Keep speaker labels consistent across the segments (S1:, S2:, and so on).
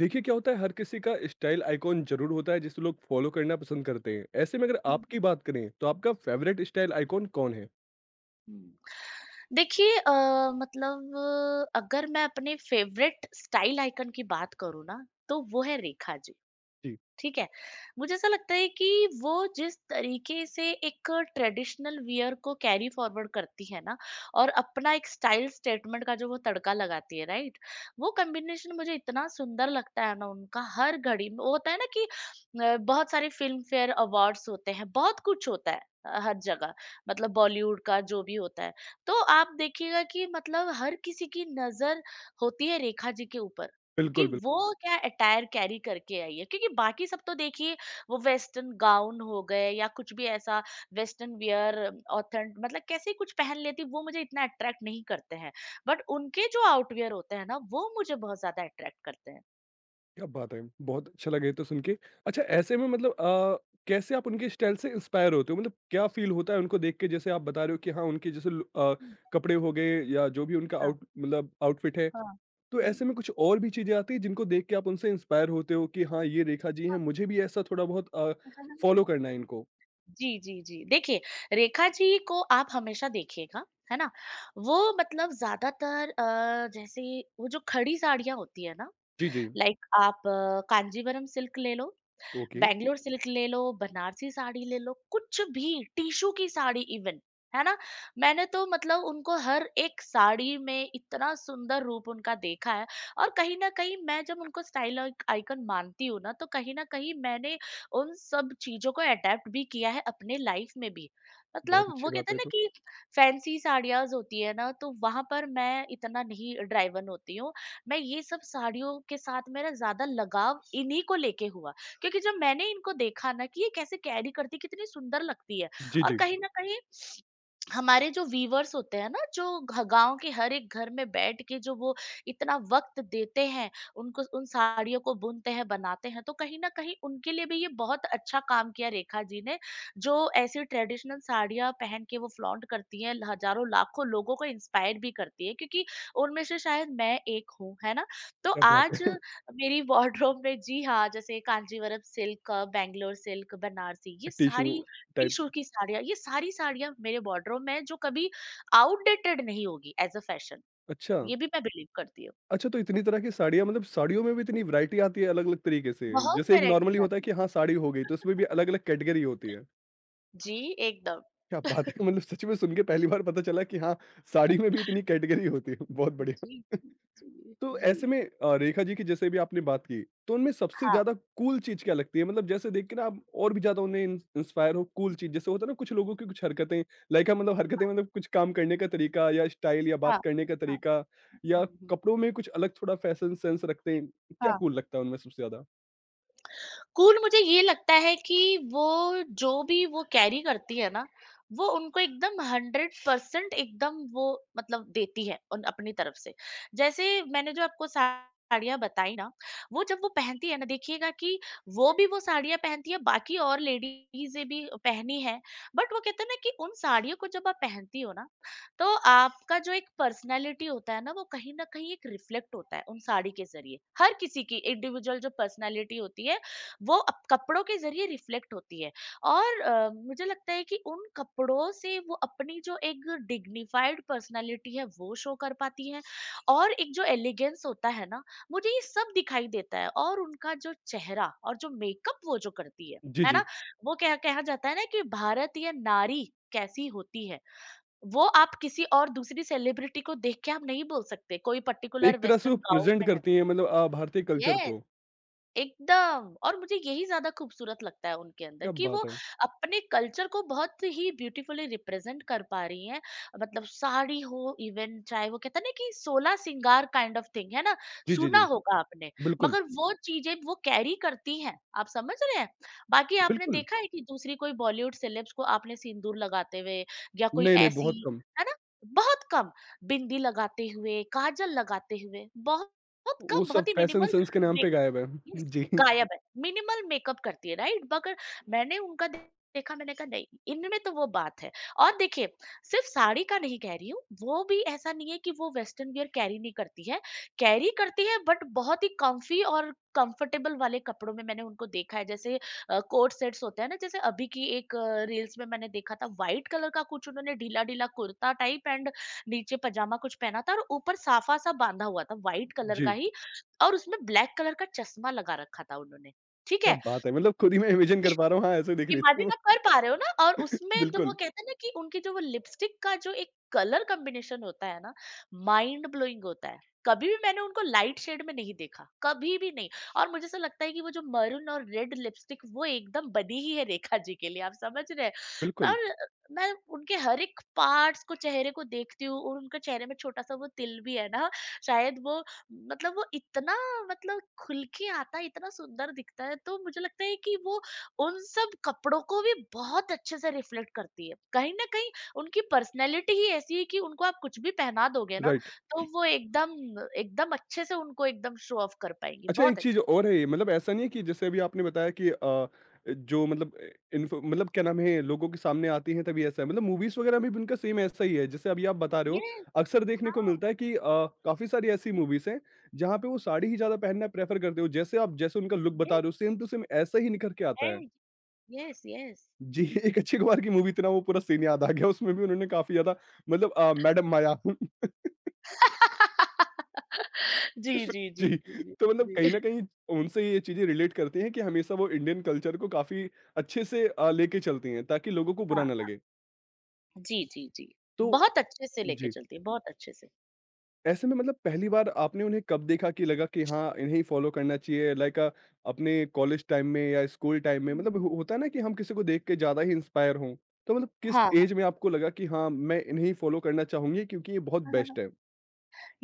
S1: देखिए, क्या होता है, हर किसी का स्टाइल आइकॉन जरूर होता है जिसे लोग फॉलो करना पसंद करते हैं। ऐसे में अगर आपकी बात करें तो आपका फेवरेट स्टाइल आइकॉन कौन है?
S2: देखिए, मतलब अगर मैं अपने फेवरेट स्टाइल आइकन की बात करूँ ना, तो वो है रेखा जी।
S1: जी।
S2: ठीक है? मुझे ऐसा लगता है कि वो जिस तरीके से एक ट्रेडिशनल वियर को कैरी फॉरवर्ड करती है ना, और अपना एक स्टाइल स्टेटमेंट का जो वो तड़का लगाती है राइट, वो कॉम्बिनेशन मुझे इतना सुंदर लगता है ना। उनका हर घड़ी में वो होता है ना कि बहुत सारे फिल्म फेयर अवार्ड्स होते हैं, बहुत कुछ होता है, हर जगह मतलब बॉलीवुड का जो भी होता है, तो आप देखिएगा कि मतलब हर किसी की नजर होती है रेखा जी के ऊपर कि
S1: बिल्कुल, बिल्कुल।
S2: वो क्या अटायर कैरी करके आई है। क्योंकि बाकी सब तो देखिए, वो वेस्टर्न गाउन हो गए या कुछ भी ऐसा, वेस्टर्न वियर ऑथेंट मतलब कैसे कुछ पहन लेती, वो मुझे इतना अट्रैक्ट नहीं करते हैं। बट उनके जो आउटवियर होते हैं ना, वो मुझे बहुत ज्यादा अट्रैक्ट करते हैं।
S1: क्या बात है! बहुत अच्छा लगे तो सुन के। अच्छा, ऐसे में कैसे आप उनके स्टाइल से इंस्पायर होते हो? मतलब क्या फील होता है उनको देख के? जैसे आप बता रहे हो कि हाँ, उनके जैसे
S2: हम्म,
S1: कपड़े हो गए या जो भी उनका
S2: हाँ।
S1: आउटफिट है।
S2: हाँ।
S1: तो
S2: हम्म।
S1: ऐसे में कुछ और भी चीजें आती है जिनको देख के आप उनसे इंस्पायर होते हो कि हाँ, ये रेखा जी हैं, मुझे भी ऐसा थोड़ा बहुत फॉलो करना है इनको।
S2: जी जी जी, देखिए, रेखा जी को आप हमेशा देखिएगा, है ना। वो मतलब ज्यादातर जैसे वो जो खड़ी साड़ियां होती है ना,
S1: जी जी।
S2: लाइक आप कांजीवरम सिल्क ले लो,
S1: ओके।
S2: बैंगलोर सिल्क ले लो, बनारसी साड़ी ले लो, कुछ भी, टिश्यू की साड़ी इवन, है ना? मैंने तो मतलब उनको हर एक साड़ी में इतना सुंदर रूप उनका देखा है। और कहीं न कहीं मैं जब उनको स्टाइल आइकन मानती हूँ ना, तो कहीं न कहीं मैंने उन सब चीज़ों को अडॉप्ट भी किया है अपने लाइफ में भी।
S1: बहुत
S2: मतलब वो
S1: अच्छी बात
S2: कहते
S1: है
S2: हैं
S1: ये
S2: ना
S1: तो।
S2: कि फैंसी साड़ियाज़ होती है ना, तो वहाँ पर मैं इतना नहीं ड्राइवन होती हूँ। मैं ये सब साड़ियों के साथ मेरा ज़्यादा लगाव इन्हीं को लेके हुआ। क्योंकि जब मैंने इनको देखा ना कि ये कैसे कैरी करती, कितनी सुंदर लगती है,
S1: जी,
S2: और
S1: जी।
S2: कहीं ना कहीं हमारे जो वीवर्स होते हैं ना, जो गांव के हर एक घर में बैठ के, जो वो इतना वक्त देते हैं, उनको उन साड़ियों को बुनते हैं बनाते हैं, तो कहीं ना कहीं उनके लिए भी ये बहुत अच्छा काम किया रेखा जी ने, जो ऐसी ट्रेडिशनल साड़ियां पहन के वो फ्लॉन्ट करती हैं, हजारों लाखों लोगों को इंस्पायर भी करती है। क्योंकि उनमें से शायद मैं एक हूँ, है ना। तो
S1: क्या बात
S2: आज
S1: है!
S2: मेरी वार्डरोब में, जी हाँ, जैसे कांजीवरम सिल्क, बैंगलोर सिल्क, बनारसी, ये
S1: टिश्यू
S2: सारी
S1: टाइप।
S2: टिशू की साड़ियाँ, ये सारी साड़ियाँ मेरे वार्डरोब में है जो कभी आउटडेटेड नहीं होगी एज़ अ फैशन।
S1: अच्छा।
S2: ये भी मैं बिलीव करती हूँ।
S1: अच्छा, तो इतनी तरह की साड़ियाँ, मतलब साड़ियों में भी इतनी वैरायटी आती है अलग-अलग तरीके से।
S2: बहुत
S1: जैसे एक
S2: वैराइटीज़
S1: नॉर्मली होता है
S2: आती हैं।
S1: कि हाँ, साड़ी हो गई तो उसमें भी अलग-अलग कैटेगरी होती है।
S2: जी, एकदम।
S1: क्या बात है! मतलब सच में सुन के पहली बार पता चला कि हाँ, साड़ी में भी इतनी कैटेगरी होती है। बहुत
S2: जी,
S1: बढ़िया।
S2: जी, जी,
S1: तो
S2: जी।
S1: ऐसे में रेखा जी की जैसे भी आपने बात की, तो उनमें सबसे
S2: हाँ,
S1: ज़्यादा कूल चीज़ क्या लगती है? मतलब जैसे देख के ना आप और भी ज़्यादा उन्हें इन इंस्पायर हो। कूल चीज़, जैसे होता है ना, कुछ लोगों की कुछ हरकतें, लाइक मतलब हरकतें, मतलब कुछ काम करने का तरीका या स्टाइल या बात
S2: हाँ,
S1: करने का
S2: हाँ।
S1: तरीका या
S2: हुँ, हुँ।
S1: कपड़ों में कुछ अलग थोड़ा फैशन सेंस रखते हैं, क्या
S2: हाँ।
S1: कूल लगता है उनमें सबसे ज़्यादा?
S2: कूल मुझे ये लगता है कि वो जो भी वो कैरी करती है ना, वो उनको एकदम 100% एकदम वो मतलब देती है उन अपनी तरफ से। जैसे मैंने जो आपको साड़ियाँ बताई ना, वो जब वो पहनती है ना, देखिएगा कि वो भी वो साड़ियाँ पहनती है, बाकी और लेडीज़ें भी पहनी हैं। बट वो कहते हैं ना कि उन साड़ियों को जब आप पहनती हो ना, तो आपका जो एक पर्सनैलिटी होता है ना, वो कहीं न कहीं एक रिफ्लेक्ट होता है उन साड़ी के ज़रिए। हर किसी की इंडिविजुअल जो पर्सनैलिटी होती है, वो अप कपड़ों के ज़रिए रिफ्लेक्ट होती है। और मुझे लगता है कि उन कपड़ों से वो अपनी जो एक डिग्निफाइड पर्सनालिटी है, वो शो कर पाती है। और एक जो एलिगेंस होता है ना, मुझे ये सब दिखाई देता है। और उनका जो चेहरा और जो मेकअप वो जो करती है
S1: जी,
S2: है ना,
S1: जी।
S2: वो कह कहा जाता है ना कि भारतीय नारी कैसी होती है। वो आप किसी और दूसरी सेलिब्रिटी को देख के आप नहीं बोल सकते, कोई पर्टिकुलर
S1: एक तरह से
S2: वेस्टर्न
S1: वो
S2: गाउन
S1: प्रेज़ेंट
S2: में है।
S1: करती हैं, मतलब भारतीय कल्चर
S2: यस,
S1: को।
S2: एकदम। और मुझे यही ज्यादा खूबसूरत लगता है उनके अंदर
S1: क्या
S2: कि वो
S1: बात है!
S2: अपने कल्चर को बहुत ही ब्यूटीफुली रिप्रेजेंट कर पा रही हैं। मतलब साड़ी हो, इवन चाहे, वो कहते हैं ना कि सोलह सिंगार काइंड ऑफ थिंग है ना,
S1: जी, जी, जी।
S2: सुना होगा आपने,
S1: बिल्कुल,
S2: मगर वो चीजें वो कैरी करती हैं। आप समझ रहे हैं। बाकी आपने
S1: बिल्कुल।
S2: देखा है कि दूसरी कोई बॉलीवुड सेलेब्स को आपने सिंदूर लगाते हुए या कोई
S1: नहीं, नहीं,
S2: ऐसी,
S1: बहुत कम।
S2: है ना, बहुत कम, बिंदी लगाते हुए, काजल लगाते हुए, बहुत बहुत
S1: वो
S2: कम,
S1: सब
S2: बहुत ही
S1: फैशन
S2: मिनिमल।
S1: सेंस के नाम पे गायब है।
S2: यस,
S1: जी,
S2: गायब है। मिनिमल मेकअप करती है राइट, मगर मैंने उनका देखा, मैंने कहा नहीं, इनमें तो वो बात है। और देखिए, सिर्फ साड़ी का नहीं कह रही हूँ, वो भी ऐसा नहीं है कि वो वेस्टर्न वियर कैरी नहीं करती है। कैरी करती है, बट बहुत ही कम्फी और कंफर्टेबल वाले कपड़ों में मैंने उनको देखा है। जैसे कोट सेट्स होते हैं ना, जैसे अभी की एक रील्स में मैंने देखा था, व्हाइट कलर का कुछ उन्होंने ढीला-ढीला कुर्ता टाइप, एंड नीचे पजामा कुछ पहना था, और ऊपर साफा-सा बाँधा हुआ था, व्हाइट कलर का
S1: जी।
S2: ही। और उसमें ब्लैक कलर का चश्मा लगा रखा था उन्होंने, ठीक
S1: क्या
S2: है?
S1: बात है! मतलब खुद ही मैं इमेजिन कर पा रहा हूँ, हाँ, ऐसे दिख रही थी वो।
S2: इमेजिन आप कर पा रहे हो ना। और उसमें तो वो
S1: बिल्कुल,
S2: कहते हैं ना कि उनके जो वो लिपस्टिक का जो एक कलर कॉम्बिनेशन होता है ना, माइंड ब्लोइंग होता है। कभी भी मैंने उनको लाइट शेड में नहीं देखा, कभी भी नहीं। और मुझे ऐसा लगता है कि वो जो मरून और रेड लिपस्टिक, वो एकदम बनी ही है रेखा जी के लिए। आप समझ रहे हैं।
S1: बिल्कुल,
S2: और मैं उनके हर एक पार्ट्स को, चेहरे को देखती हूँ, और उनके चेहरे में छोटा सा वो तिल भी है ना, शायद वो, मतलब वो इतना, मतलब खुल के आता है, इतना सुंदर दिखता है। तो मुझे लगता है कि वो उन सब कपड़ों को भी बहुत अच्छे से रिफ्लेक्ट करती है। कहीं न कहीं उनकी पर्सनैलिटी ही ऐसी है कि उनको आप कुछ भी पहना दोगे ना,
S1: राइट।
S2: तो वो एकदम एकदम अच्छे से उनको एकदम शो ऑफ कर पाएँगी,
S1: अच्छा, एक
S2: बहुत
S1: चीज़
S2: अच्छे।
S1: और है ये, मतलब ऐसा नहीं है कि जैसे अभी आपने बताया कि जो इन्फो, मतलब क्या नाम है, लोगों के सामने आती हैं तभी ऐसा है। मतलब मूवीज़ वगैरह में भी उनका सेम ऐसा ही है, जैसे अभी आप बता रहे हो,
S2: यस,
S1: अक्सर देखने को
S2: हाँ।
S1: मिलता है कि काफ़ी सारी ऐसी मूवीज़ हैं, जहाँ पे वो साड़ी ही ज़्यादा पहनना प्रेफ़र करते हो। जैसे आप जैसे उनका लुक बता
S2: यस
S1: रहे हो, सेम टू सेम ऐसा ही निखर के आता है।
S2: And, yes, yes.
S1: जी। एक अक्षय कुमार की मूवी थी ना, वो पूरा सीन याद आ गया, उसमें भी उन्होंने काफ़ी ज़्यादा, मतलब मैडम माया।
S2: जी, जी, जी,
S1: जी।
S2: जी, जी,
S1: तो मतलब कहीं
S2: जी।
S1: न कहीं उनसे ये चीज़ें रिलेट करते हैं कि हमेशा वो इंडियन कल्चर को काफ़ी अच्छे से लेके चलती हैं ताकि लोगों को बुरा ना
S2: हाँ,
S1: लगे।
S2: जी, जी, जी।
S1: तो
S2: बहुत अच्छे से लेके
S1: जी,
S2: चलती है, बहुत अच्छे से।
S1: ऐसे में मतलब पहली बार आपने उन्हें कब देखा कि लगा कि हाँ, इन्हें ही फ़ॉलो करना चाहिए, लाइक अपने कॉलेज टाइम में या स्कूल टाइम में,
S2: हुँ,
S1: मतलब
S2: हुँ।
S1: हो होता है ना कि हम किसी को देख के ज़्यादा ही इंस्पायर हों। तो मतलब किस
S2: हाँ,
S1: ऐज में आपको लगा कि हाँ, मैं इन्हें ही फ़ॉलो करना चाहूँगी क्योंकि ये बहुत बेस्ट
S2: हाँ।
S1: है?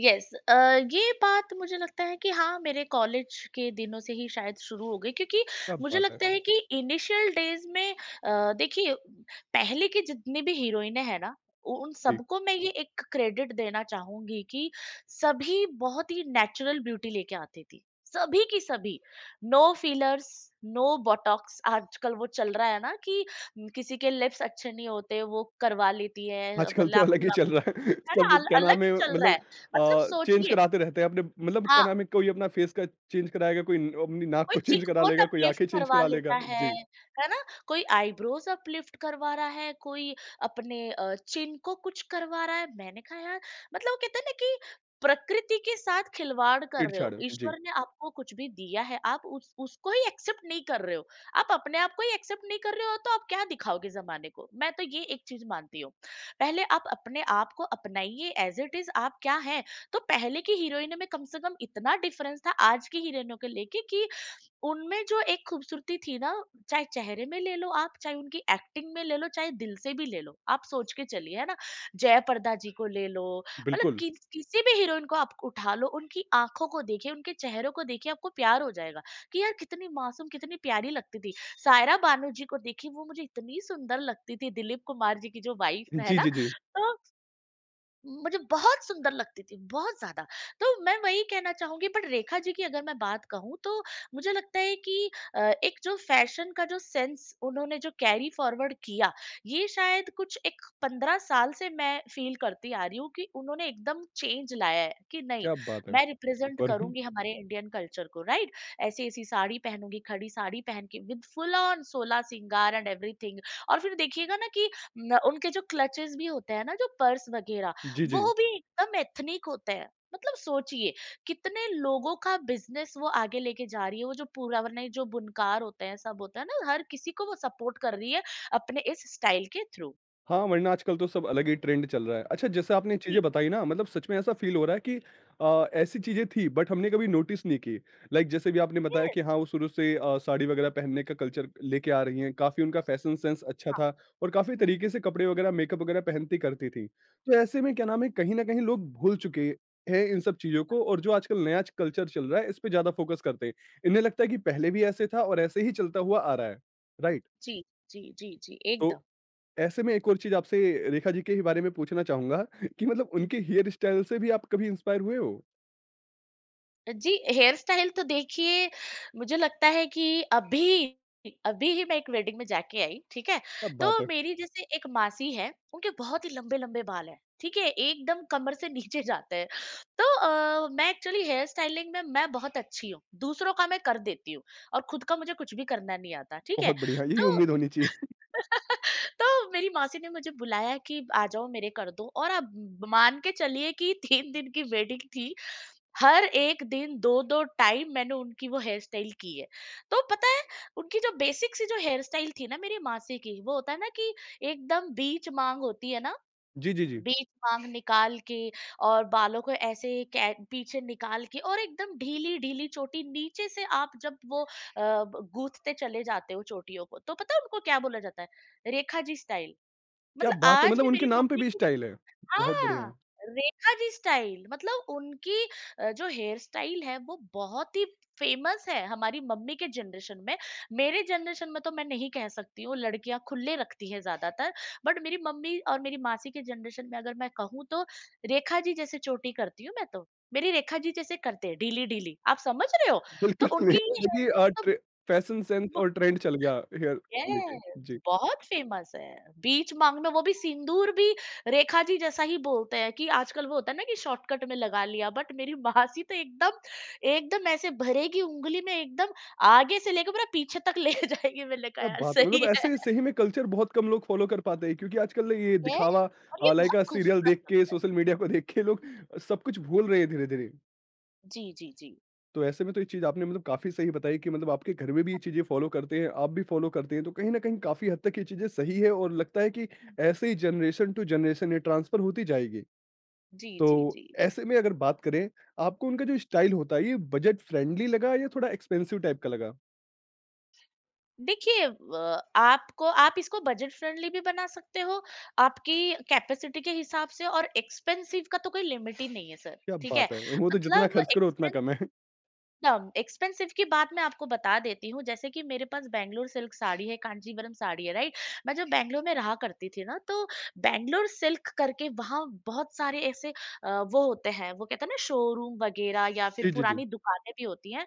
S2: यस, ये बात मुझे लगता है कि हाँ, मेरे कॉलेज के दिनों से ही शायद शुरू हो गई। क्योंकि
S1: क्या
S2: मुझे
S1: बात है!
S2: लगता है कि इनिशियल डेज में देखिए, पहले की जितनी भी हीरोइनें हैं ना, उन
S1: जी।
S2: सबको मैं ये एक क्रेडिट देना चाहूंगी कि सभी बहुत ही नेचुरल ब्यूटी लेके आती थी, सभी की सभी। No fillers, no botox. आजकल वो चल रहा है ना कि किसी के लिप्स अच्छे नहीं होते, वो करवा लेती है अब
S1: आजकल तो
S2: लाखों,
S1: अलग ही चल रहा है।
S2: है ना?
S1: सब
S2: अल
S1: क्या नाम
S2: अलग ही
S1: है,
S2: चल रहा
S1: मतलब
S2: है। मतलब
S1: चेंज
S2: सोचिए,
S1: कराते रहते हैं अपने, मतलब क्या
S2: हाँ,
S1: नाम है, कोई अपना फेस का चेंज कराएगा, कोई न अपनी नाक
S2: कोई
S1: को चेंज करा
S2: चिकबोन
S1: लेगा, कोई
S2: अपलिफ्ट
S1: आँखें चेंज
S2: करवा
S1: करा
S2: लेता
S1: लेगा। जी,
S2: है ना? कोई आईब्रोज अपलिफ्ट करवा रहा है, कोई अपने चिन को कुछ करवा रहा है। मैंने कहा यार, मतलब वो कहते हैं ना कि प्रकृति के साथ खिलवाड़ कर रहे हो।
S1: छेड़छाड़। जी,
S2: ईश्वर ने आपको कुछ भी दिया है, आप उस उसको ही एक्सेप्ट नहीं कर रहे हो। आप अपने आप को ही एक्सेप्ट नहीं कर रहे हो, तो आप क्या दिखाओगे ज़माने को? मैं तो ये एक चीज़ मानती हूँ। पहले आप अपने आप को अपनाइए एज़ इट इज़, आप क्या हैं? तो पहले की हीरोइनों में कम से कम इतना डिफरेंस था आज की हीरोइनों को लेके कि उनमें जो एक खूबसूरती थी ना, चाहे चेहरे में ले लो आप, चाहे उनकी एक्टिंग में ले लो, चाहे दिल से भी ले लो। आप सोच के चलिए, है ना? जयाप्रदा जी को ले लो, मतलब
S1: बिल्कुल।
S2: कि किसी भी हीरोइन को आप उठा लो, उनकी आँखों को देखिए, उनके चेहरों को देखिए, आपको प्यार हो जाएगा कि यार कितनी मासूम, कितनी प्यारी लगती थी। सायरा बानू जी को देखिए, वो मुझे इतनी सुंदर लगती थी, दिलीप कुमार जी की जो वाइफ़ है
S1: जी,
S2: ना,
S1: जी, जी।
S2: तो मुझे बहुत सुंदर लगती थी, बहुत ज़्यादा। तो मैं वही कहना चाहूँगी, बट रेखा जी की अगर मैं बात कहूँ, तो मुझे लगता है कि अ, एक जो फ़ैशन का जो सेंस उन्होंने जो कैरी फ़ॉरवर्ड किया, ये शायद कुछ एक 15 साल से मैं फ़ील करती आ रही हूँ कि उन्होंने एकदम चेंज लाया है कि नहीं,
S1: क्या बात है!
S2: मैं रिप्रेज़ेंट
S1: सुपर।
S2: करूँगी हमारे इंडियन कल्चर को, राइट? ऐसी-ऐसी साड़ी पहनूँगी, खड़ी साड़ी पहन के विद फुल ऑन सोलह सिंगार एंड एवरीथिंग। और फिर देखिएगा ना कि न उनके जो क्लचेज़ भी होते हैं ना, जो पर्स वग़ैरह,
S1: जी, जी।
S2: वो भी एकदम एथनिक होते हैं। मतलब सोचिए, कितने लोगों का बिजनेस वो आगे लेके जा रही है। वो जो पुराने जो बुनकार होते हैं, सब होता है ना, हर किसी को वो सपोर्ट कर रही है अपने इस स्टाइल के थ्रू।
S1: हाँ, वरना आजकल तो सब अलग ही ट्रेंड चल रहा है। अच्छा, जैसे आपने चीज़ें
S2: जी।
S1: बताई ना, मतलब सच में ऐसा फ़ील हो रहा है कि ऐसी चीज़ें थी बट हमने कभी नोटिस नहीं की। लाइक जैसे भी आपने बताया
S2: यस।
S1: कि हाँ, वो शुरू से साड़ी वगैरह पहनने का कल्चर लेके आ रही हैं, काफ़ी उनका फैशन सेंस अच्छा
S2: हाँ।
S1: था और काफ़ी
S2: हम्म,
S1: तरीके से कपड़े वगैरह, मेकअप वगैरह पहनती करती थीं। तो ऐसे में क्या नाम है, कहीं न कहीं लोग भूल चुके हैं इन सब चीज़ों को, और जो आजकल नया च कल्चर चल रहा है इस पे ज़्यादा फ़ोकस करते हैं। इन्हें लगता है कि पहले भी ऐसे था और ऐसे ही चलता हुआ आ रहा है। राइट?
S2: जी जी जी जी,
S1: तो
S2: एकदम।
S1: ऐसे में एक और चीज़ आपसे रेखा जी के ही बारे में पूछना चाहूँगा, कि मतलब उनके हेयर स्टाइल से भी आप कभी इंस्पायर हुए हो?
S2: जी, हेयर स्टाइल तो देखिए, मुझे लगता है कि अभी अभी ही मैं एक वेडिंग में जाके आई, ठीक है?
S1: क्या
S2: तो
S1: बात है!
S2: मेरी जैसे एक मासी है, उनके बहुत ही लंबे-लंबे बाल हैं, ठीक है? एकदम कमर से नीचे जाते हैं। तो मैं एक्चुअली हेयर स्टाइलिंग में मैं बहुत अच्छी हूँ, दूसरों का मैं कर देती हूँ और खुद का मुझे कुछ भी करना नहीं आता, ठीक है?
S1: बहुत बढ़िया, यही
S2: तो
S1: उम्मीद होनी चाहिए।
S2: तो मेरी मासी ने मुझे बुलाया कि आ जाओ मेरे कर दो और आप मान के चलिए कि 3 दिन की वेडिंग थी। हर एक दिन 2-2 टाइम मैंने उनकी वो हेयर स्टाइल की है। तो पता है, उनकी जो बेसिक सी जो हेयर स्टाइल थी ना मेरी मासी की, वो होता है ना कि एकदम बीच मांग होती है ना,
S1: जी, जी, जी।
S2: बीच मांग निकाल के और बालों को ऐसे कै पीछे निकाल के और एकदम ढीली-ढीली चोटी नीचे से आप जब वो अ, ब गूँथते चले जाते हो चोटियों को, तो पता है उनको क्या बोला जाता है? रेखा जी स्टाइल।
S1: क्या
S2: मतलब
S1: बात है!
S2: आज
S1: मतलब
S2: भी
S1: उनके
S2: मेरी
S1: नाम पे
S2: मम्मी
S1: भी
S2: की।
S1: स्टाइल है। बहुत
S2: हाँ,
S1: बढ़िया।
S2: रेखा जी स्टाइल मतलब उनकी जो हेयर स्टाइल है वो बहुत ही फेमस है हमारी मम्मी के जनरेशन में। मेरे जनरेशन में तो मैं नहीं कह सकती हूँ, लड़कियाँ खुले रखती हैं ज़्यादातर। बट मेरी मम्मी और मेरी मासी के जनरेशन में अगर मैं कहूँ तो रेखा जी जैसे चोटी करती हूँ मैं तो। मेरी रेखा जी जैसे करते हैं ढीली-ढीली। आप समझ रहे हो? तो
S1: बिल्कुल।
S2: उनकी ये हेयर
S1: देखिए अ,
S2: स्टाइल तो,
S1: ट्रे फैशन सेंस और ट्रेंड चल गया हेयर लेके।
S2: यस,
S1: जी।
S2: बहुत फेमस है। बीच मांग में वो भी सिंदूर भी रेखा जी जैसा ही बोलते हैं कि आजकल वो होता है ना कि शॉर्टकट में लगा लिया। बट मेरी मासी तो एकदम एकदम ऐसे भरेगी ऊँगली में, एकदम आगे से लेके पूरा पीछे तक ले जाएगी। मैंने कहा
S1: क्या
S2: यार
S1: बात है!
S2: सही
S1: मतलब
S2: है।
S1: ऐसे सही में कल्चर बहुत कम लोग फॉलो कर पाते हैं क्योंकि आजकल ये
S2: यस,
S1: दिखावा,
S2: और ये
S1: लाइक
S2: बहुत
S1: सीरियल देख
S2: खूबसूरत
S1: के, सोशल मीडिया को देख के लोग
S2: लगती।
S1: सब कुछ भूल रहे हैं धीरे-धीरे।
S2: जी, जी, जी।
S1: तो ऐसे में तो ये चीज़ आपने मतलब काफ़ी सही बताई कि मतलब आपके घर में भी ये चीज़ें फॉलो करते हैं, आप भी फॉलो करते हैं, तो कहीं न कहीं काफ़ी हद तक ये चीज़ें सही है और लगता है कि ऐसे ही जनरेशन टू जनरेशन ये ट्रांसफ़र होती जाएगी।
S2: जी, जी,
S1: तो
S2: जी।
S1: ऐसे में अगर बात करें, आपको उनका जो स्टाइल होता है, ये बजट फ्रेंडली लगा या थोड़ा एक्सपेंसिव टाइप का लगा?
S2: देखिए, आपको आप इसको बजट फ्रेंडली भी बना सकते हो, आपकी कैपेसिटी के हिसाब से। और एक्सपेंसिव का तो कोई लिमिट ही नहीं है सर,
S1: क्या
S2: ठीक है?
S1: बात है! वो तो जितना
S2: मतलब
S1: खर्च करो उतना
S2: एक्सपेंस
S1: कम है।
S2: एकदम, एक्सपेंसिव की बात मैं आपको बता देती हूँ, जैसे कि मेरे पास बैंगलोर सिल्क साड़ी है, कांजीवरम साड़ी है, राइट? मैं जब बैंगलोर में रहा करती थी ना, तो बैंगलोर सिल्क करके वहाँ बहुत सारे ऐसे वो होते हैं, वो कहते हैं ना शोरूम वगैरह या फिर
S1: जी, जी, जी।
S2: पुरानी दुकानें भी होती हैं।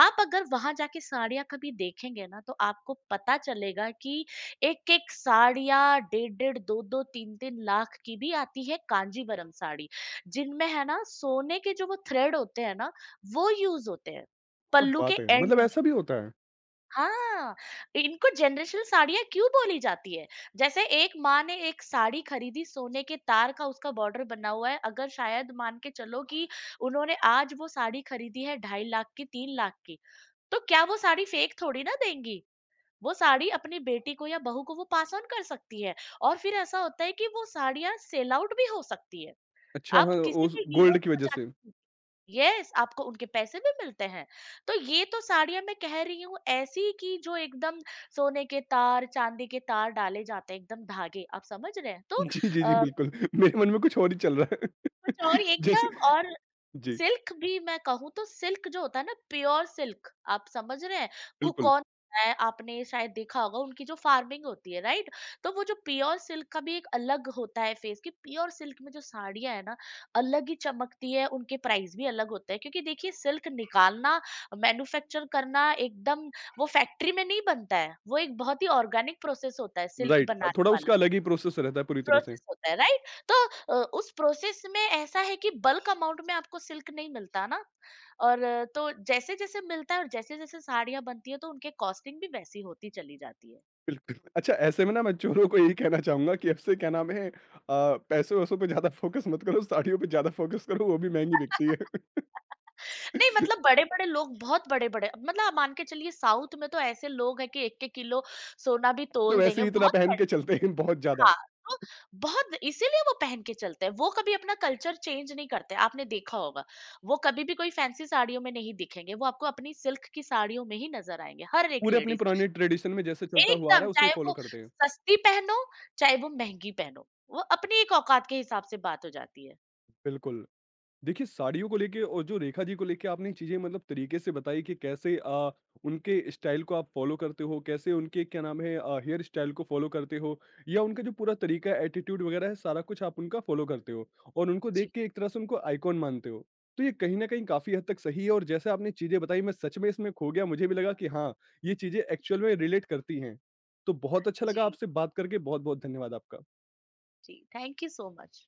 S2: आप अगर वहाँ जाके साड़ियाँ कभी देखेंगे ना, तो आपको पता चलेगा कि एक-एक साड़ियाँ 1.5-1.5, 2-2, 3-3 लाख की भी आती है कांजीवरम साड़ी, जिनमें है ना सोने के जो वो थ्रेड होते हैं ना, वो यूज होते हैं
S1: क्या
S2: पल्लू के
S1: बात है!
S2: एंड
S1: मतलब
S2: में।
S1: ऐसा भी होता है?
S2: हाँ, इनको जनरेशनल साड़ियाँ क्यों बोली जाती है? जैसे एक माँ ने एक साड़ी खरीदी, सोने के तार का उसका बॉर्डर बना हुआ है, अगर शायद मान के चलो कि उन्होंने आज वो साड़ी खरीदी है 2.5 लाख की, 3 लाख की, तो क्या वो साड़ी फेक थोड़ी ना देंगी। वो साड़ी अपनी बेटी को या बहू को वो पास ऑन कर सकती है। और फिर ऐसा होता है कि वो साड़ियाँ सेल आउट भी हो सकती है।
S1: अच्छा,
S2: आप
S1: हाँ,
S2: किसी
S1: उस
S2: भी वीवर
S1: गोल्ड की
S2: को
S1: वजह से।
S2: जाके, यस, आपको उनके पैसे भी मिलते हैं। तो ये तो साड़ियां मैं कह रही हूँ ऐसी कि जो एकदम सोने के तार, चांदी के तार डाले जाते हैं एकदम धागे, आप समझ रहे हैं? तो
S1: जी, जी, जी,
S2: आ,
S1: बिल्कुल। मेरे मन में कुछ और ही चल रहा है।
S2: कुछ और
S1: जैसे,
S2: एकदम, और
S1: जी,
S2: सिल्क भी मैं कहूँ तो, सिल्क जो होता है ना प्योर सिल्क, आप समझ रहे हैं?
S1: बिल्कुल।
S2: कुकोन है, आपने शायद देखा होगा उनकी जो फार्मिंग होती है, राइट? तो वो जो प्योर सिल्क का भी एक अलग होता है फेस कि प्योर सिल्क में जो साड़ियाँ है ना, अलग ही चमकती है, उनके प्राइस भी अलग होते हैं क्योंकि देखिए सिल्क निकालना, मैन्युफैक्चर करना एकदम, वो फैक्ट्री में नहीं बनता है। वो एक बहुत ही ऑर्गेनिक प्रोसेस होता है सिल्क
S1: राइट,
S2: बनाने
S1: थोड़ा
S2: वाला।
S1: उसका अलग ही प्रोसेस रहता है पूरी तरह से।
S2: प्रोसेस होता है, राइट? तो उस प्रोसेस में ऐसा है कि बल्क अमाउंट में आपको सिल्क नहीं मिलता ना। और तो जैसे जैसे मिलता है और जैसे जैसे साड़ियां बनती है तो उनके कॉस्टिंग भी वैसी होती चली जाती है।
S1: बिल्कुल। अच्छा, ऐसे में ना मैं चोरों को यही कहना चाहूँगा कि अब से क्या नाम है, पैसों-वैसों पे ज़्यादा फ़ोकस मत करो, साड़ियों पे ज़्यादा फ़ोकस करो, वो भी महँगी बिकती है।
S2: नहीं मतलब बड़े बड़े लोग, बहुत बड़े बड़े, मतलब आप मान के चलिए साउथ में तो ऐसे लोग हैं कि एक एक किलो सोना भी
S1: तो
S2: तोल
S1: वैसे
S2: देंगे,
S1: ही इतना
S2: बहुत
S1: पहन के
S2: पैसे।
S1: चलते हैं बहुत ज़्यादा।
S2: हाँ, तो बहुत इसीलिए वो पहन के चलते हैं, वो कभी अपना कल्चर चेंज नहीं करते, आपने देखा होगा। वो कभी भी कोई फैंसी साड़ियों में नहीं दिखेंगे, वो आपको अपनी सिल्क की साड़ियों में ही नज़र आएँगे, हर एक
S1: पूरे अपने
S2: लेडीज़।
S1: पुराने ट्रेडिशन में जैसे चलता हुआ आ
S2: एकदम,
S1: रहा है, उसे
S2: चाहे
S1: ही फ़ॉलो
S2: वो
S1: करते हैं।
S2: सस्ती पहनो, चाहे वो महँगी पहनो, वो अपनी एक औकात के हिसाब से बात हो जाती है।
S1: बिल्कुल। देखिए, साड़ियों को लेके और जो रेखा जी को लेके आपने चीज़ें मतलब तरीके से बताई कि कैसे उनके स्टाइल को आप फ़ॉलो करते हो, कैसे उनके क्या नाम है हेयर स्टाइल को फ़ॉलो करते हो या उनका जो पूरा तरीका एटीट्यूड वगैरह है, सारा कुछ आप उनका फ़ॉलो करते हो और उनको देख
S2: जी,
S1: के एक तरह से उनको आइकॉन मानते हो। तो ये कहीं न कहीं काफ़ी हद तक सही है और जैसे आपने चीज़ें बताई मैं सच में इसमें खो गया, मुझे भी लगा कि हाँ, ये चीज़ें एक्चुअल में रिलेट करती हैं। तो बहुत अच्छा लगा
S2: जी,
S1: आपसे बात करके, बहुत-बहुत धन्यवाद आपका।
S2: जी, थैंक यू सो मच।